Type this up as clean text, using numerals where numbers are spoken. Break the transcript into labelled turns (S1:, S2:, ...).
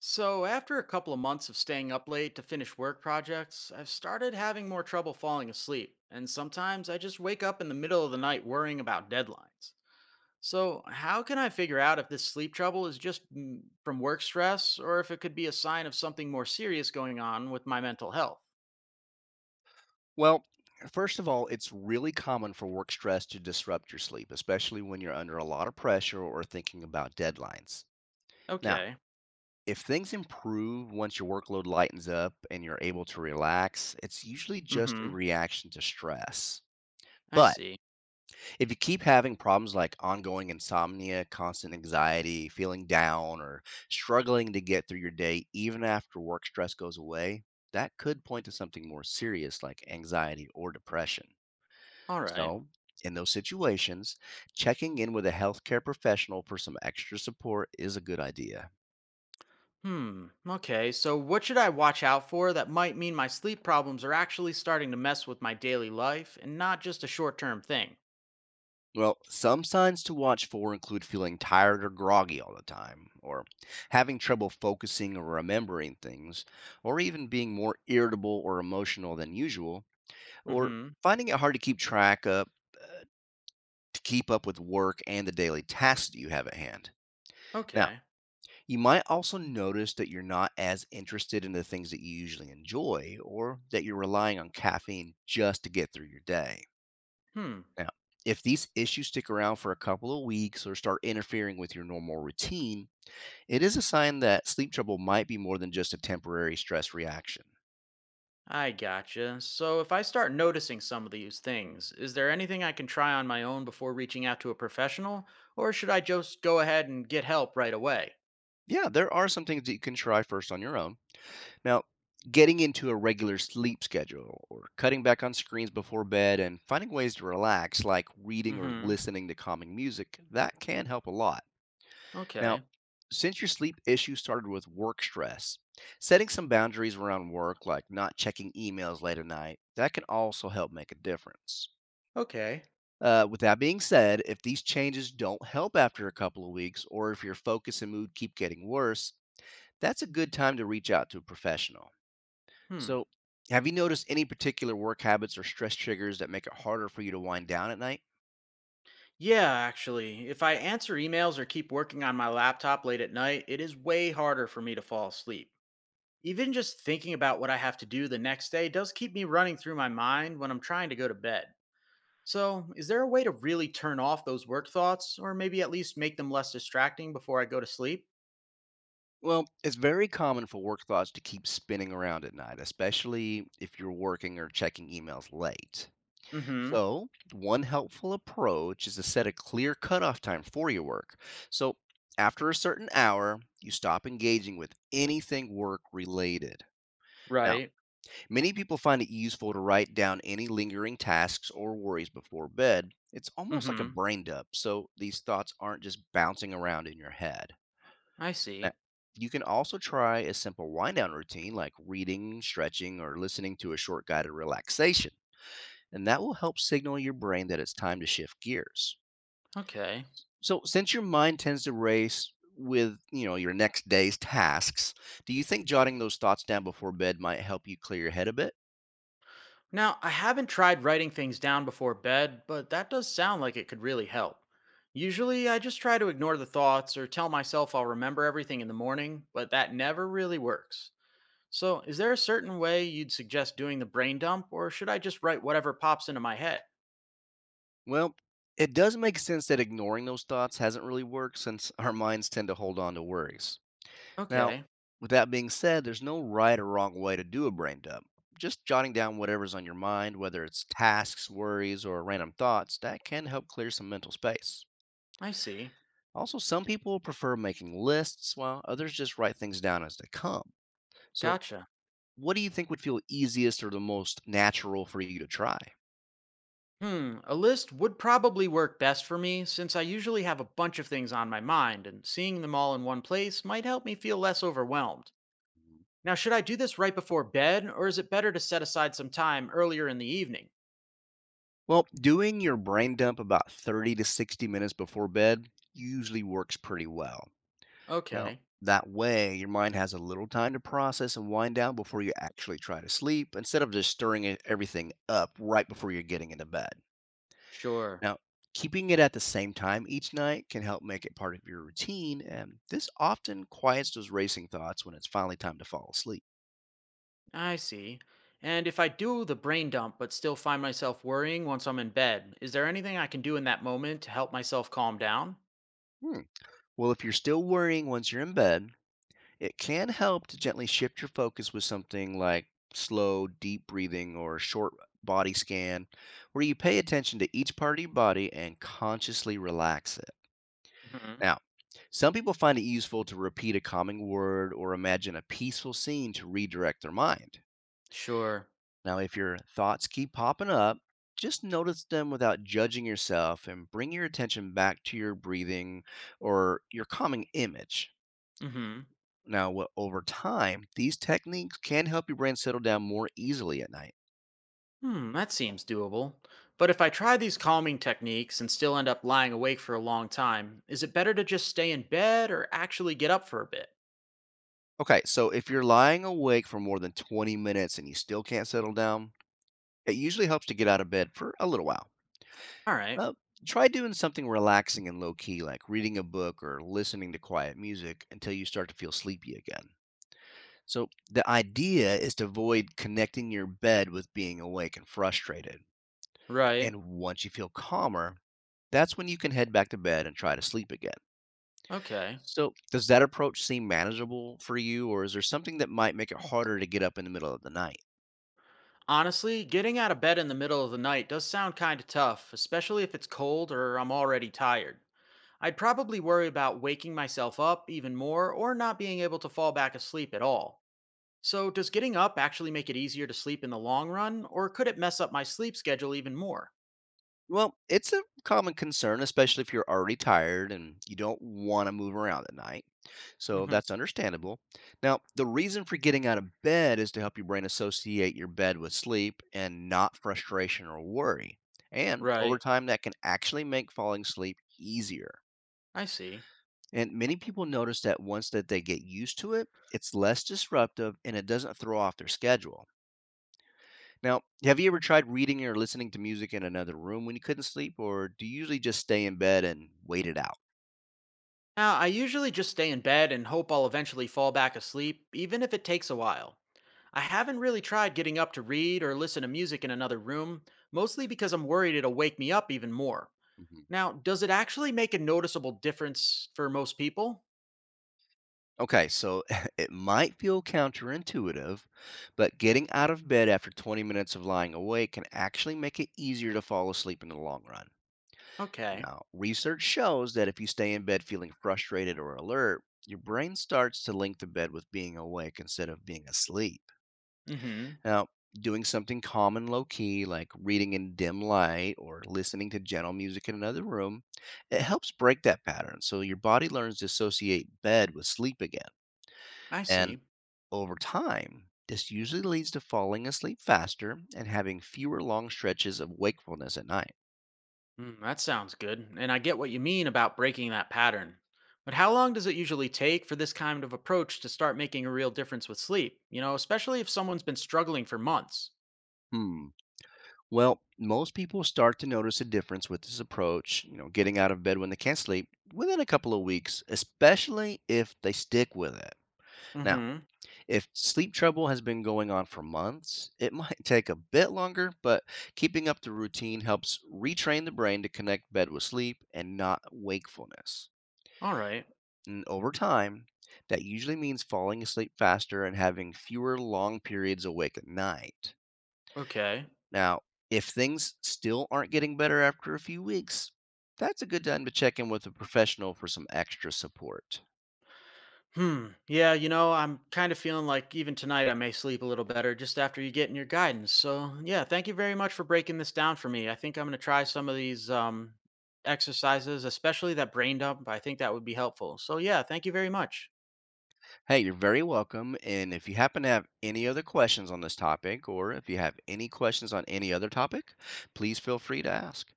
S1: So, after a couple of months of staying up late to finish work projects, I've started having more trouble falling asleep, and sometimes I just wake up in the middle of the night worrying about deadlines. So, how can I figure out if this sleep trouble is just from work stress or if it could be a sign of something more serious going on with my mental health?
S2: Well, first of all, it's really common for work stress to disrupt your sleep, especially when you're under a lot of pressure or thinking about deadlines. Now,
S1: Okay.
S2: if things improve once your workload lightens up and you're able to relax, it's usually
S1: Mm
S2: just a
S1: hmm.
S2: reaction to stress.
S1: I
S2: But
S1: see.
S2: if you keep having problems like ongoing insomnia, constant anxiety, feeling down, or struggling to get through your day even after work stress goes away, that could point to something more serious like anxiety or depression.
S1: All right.
S2: So, in those situations, checking in with a healthcare professional for some extra support is a good idea.
S1: Hmm. Okay. So, what should I watch out for that might mean my sleep problems are actually starting to mess with my daily life and not just a short term thing?
S2: Well, some signs to watch for include feeling tired or groggy all the time, or having trouble focusing or remembering things, or even being more irritable or emotional than usual, or
S1: Mm-hmm.
S2: finding it hard to keep track up uh, to keep up with work and the daily tasks that you have at hand. Now,
S1: Okay.
S2: you might also notice that you're not as interested in the things that you usually enjoy or that you're relying on caffeine just to get through your day.
S1: Hmm.
S2: Now, if these issues stick around for a couple of weeks or start interfering with your normal routine, it is a sign that sleep trouble might be more than just a temporary stress reaction.
S1: I gotcha. So, if I start noticing some of these things, is there anything I can try on my own before reaching out to a professional? Or should I just go ahead and get help right away?
S2: Yeah, there are some things that you can try first on your own Now, Getting into a regular sleep schedule or cutting back on screens before bed and finding ways to relax, like reading or
S1: Mm-hmm.
S2: listening to calming music, that can help a lot. Now,
S1: Okay.
S2: since your sleep issue started with work stress, setting some boundaries around work, like not checking emails late at night, that can also help make a difference.
S1: Okay.
S2: With that being said, if these changes don't help after a couple of weeks, or if your focus and mood keep getting worse, that's a good time to reach out to a professional.
S1: Hmm.
S2: So, have you noticed any particular work habits or stress triggers that make it harder for you to wind down at night?
S1: Yeah, actually, if I answer emails or keep working on my laptop late at night, it is way harder for me to fall asleep. Even just thinking about what I have to do the next day does keep me running through my mind when I'm trying to go to bed. So, is there a way to really turn off those work thoughts, or maybe at least make them less distracting before I go to sleep?
S2: Well, it's very common for work thoughts to keep spinning around at night, especially if you're working or checking emails late.
S1: Mm hmm.
S2: So, one helpful approach is to set a clear cutoff time for your work. So, after a certain hour, you stop engaging with anything work related. Now,
S1: Right.
S2: many people find it useful to write down any lingering tasks or worries before bed. It's
S1: Mm
S2: almost like a
S1: hmm.
S2: brain dump, so these thoughts aren't just bouncing around in your head.
S1: I
S2: Uh,
S1: see.
S2: You can also try a simple wind down routine like reading, stretching, or listening to a short guided relaxation, and that will help signal your brain that it's time to shift gears.
S1: Okay.
S2: So, since your mind tends to race with, you know, your next day's tasks, do you think jotting those thoughts down before bed might help you clear your head a bit?
S1: Now, I haven't tried writing things down before bed, but that does sound like it could really help. Usually, I just try to ignore the thoughts or tell myself I'll remember everything in the morning, but that never really works. So, is there a certain way you'd suggest doing the brain dump, or should I just write whatever pops into my head?
S2: Well, it does make sense that ignoring those thoughts hasn't really worked since our minds tend to hold on to worries. Now,
S1: Okay,
S2: with that being said, there's no right or wrong way to do a brain dump. Just jotting down whatever's on your mind, whether it's tasks, worries, or random thoughts, that can help clear some mental space.
S1: I see.
S2: Also, some people prefer making lists while others just write things down as they come. So,
S1: Gotcha.
S2: what do you think would feel easiest or the most natural for you to try?
S1: Hmm, a list would probably work best for me since I usually have a bunch of things on my mind, and seeing them all in one place might help me feel less overwhelmed. Now, should I do this right before bed, or is it better to set aside some time earlier in the evening?
S2: Well, doing your brain dump about 30 to 60 minutes before bed usually works pretty well. Now,
S1: Okay,
S2: that way, your mind has a little time to process and wind down before you actually try to sleep instead of just everything up right before you're getting into bed.
S1: sure,
S2: Now, keeping it at the same time each night can help make it part of your routine, and this often quiets those racing thoughts when it's finally time to fall asleep.
S1: I see. And if I do the brain dump but still find myself worrying once I'm in bed, is there anything I can do in that moment to help myself calm down?
S2: Hmm. Well, if you're still worrying once you're in bed, it can help to gently shift your focus with something like slow, deep breathing or a short body scan, where you pay attention to each part of your body and consciously relax it.
S1: Hmm.
S2: Now, some people find it useful to repeat a calming word or imagine a peaceful scene to redirect their mind.
S1: Sure.
S2: Now, if your thoughts keep popping up, just notice them without judging yourself and bring your attention back to your breathing or your calming image.
S1: Hmm.
S2: Now, what over time, these techniques can help your brain settle down more easily at night.
S1: Hmm, that seems doable. But if I try these calming techniques and still end up lying awake for a long time, is it better to just stay in bed or actually get up for a bit?
S2: Okay, so if you're lying awake for more than 20 minutes and you still can't settle down, it usually helps to get out of bed for a little while.
S1: All right.
S2: Uh, try doing something relaxing and low key, like reading a book or listening to quiet music until you start to feel sleepy again. So, the idea is to avoid connecting your bed with being awake and frustrated.
S1: Right.
S2: And once you feel calmer, that's when you can head back to bed and try to sleep again.
S1: Okay.
S2: So, does that approach seem manageable for you, or is there something that might make it harder to get up in the middle of the night?
S1: Honestly, getting out of bed in the middle of the night does sound kind of tough, especially if it's cold or I'm already tired. I'd probably worry about waking myself up even more or not being able to fall back asleep at all. So, does getting up actually make it easier to sleep in the long run, or could it mess up my sleep schedule even more?
S2: Well, it's a common concern, especially if you're already tired and you don't want to move around at night. So,
S1: Hmm.
S2: that's understandable. Now, the reason for getting out of bed is to help your brain associate your bed with sleep and not frustration or worry. And over
S1: Right.
S2: time, that can actually make falling asleep easier.
S1: I see.
S2: And many people notice that once that they get used to it, it's less disruptive and it doesn't throw off their schedule. Now, have you ever tried reading or listening to music in another room when you couldn't sleep, or do you usually just stay in bed and wait it out?
S1: Now, I usually just stay in bed and hope I'll eventually fall back asleep, even if it takes a while. I haven't really tried getting up to read or listen to music in another room, mostly because I'm worried it'll wake me up even more.
S2: Mhm.
S1: Now, does it actually make a noticeable difference for most people?
S2: Okay, so it might feel counterintuitive, but getting out of bed after 20 minutes of lying awake can actually make it easier to fall asleep in the long run.
S1: Okay.
S2: Now, research shows that if you stay in bed feeling frustrated or alert, your brain starts to link the bed with being awake instead of being asleep.
S1: Mm hmm.
S2: Now, doing something calm and low key, like reading in dim light or listening to gentle music in another room, it helps break that pattern so your body learns to associate bed with sleep again.
S1: I
S2: And
S1: see.
S2: over time, this usually leads to falling asleep faster and having fewer long stretches of wakefulness at night.
S1: Mm, that sounds good, and I get what you mean about breaking that pattern. But how long does it usually take for this kind of approach to start making a real difference with sleep? Especially if someone's been struggling for months.
S2: Hmm. Well, most people start to notice a difference with this approach, you know, getting out of bed when they can't sleep within a couple of weeks, especially if they stick with it. Now,
S1: Mm-hmm.
S2: if sleep trouble has been going on for months, it might take a bit longer, but keeping up the routine helps retrain the brain to connect bed with sleep and not wakefulness.
S1: All right.
S2: And over time, that usually means falling asleep faster and having fewer long periods awake at night.
S1: Okay.
S2: Now, if things still aren't getting better after a few weeks, that's a good time to check in with a professional for some extra support.
S1: Hmm. Yeah, I'm kind of feeling like even tonight I may sleep a little better just after you getting your guidance. So, yeah, thank you very much for breaking this down for me. I think I'm going to try some of these exercises, especially that brain dump. I think that would be helpful. So, yeah, thank you very much.
S2: Hey, you're very welcome. And if you happen to have any other questions on this topic, or if you have any questions on any other topic, please feel free to ask.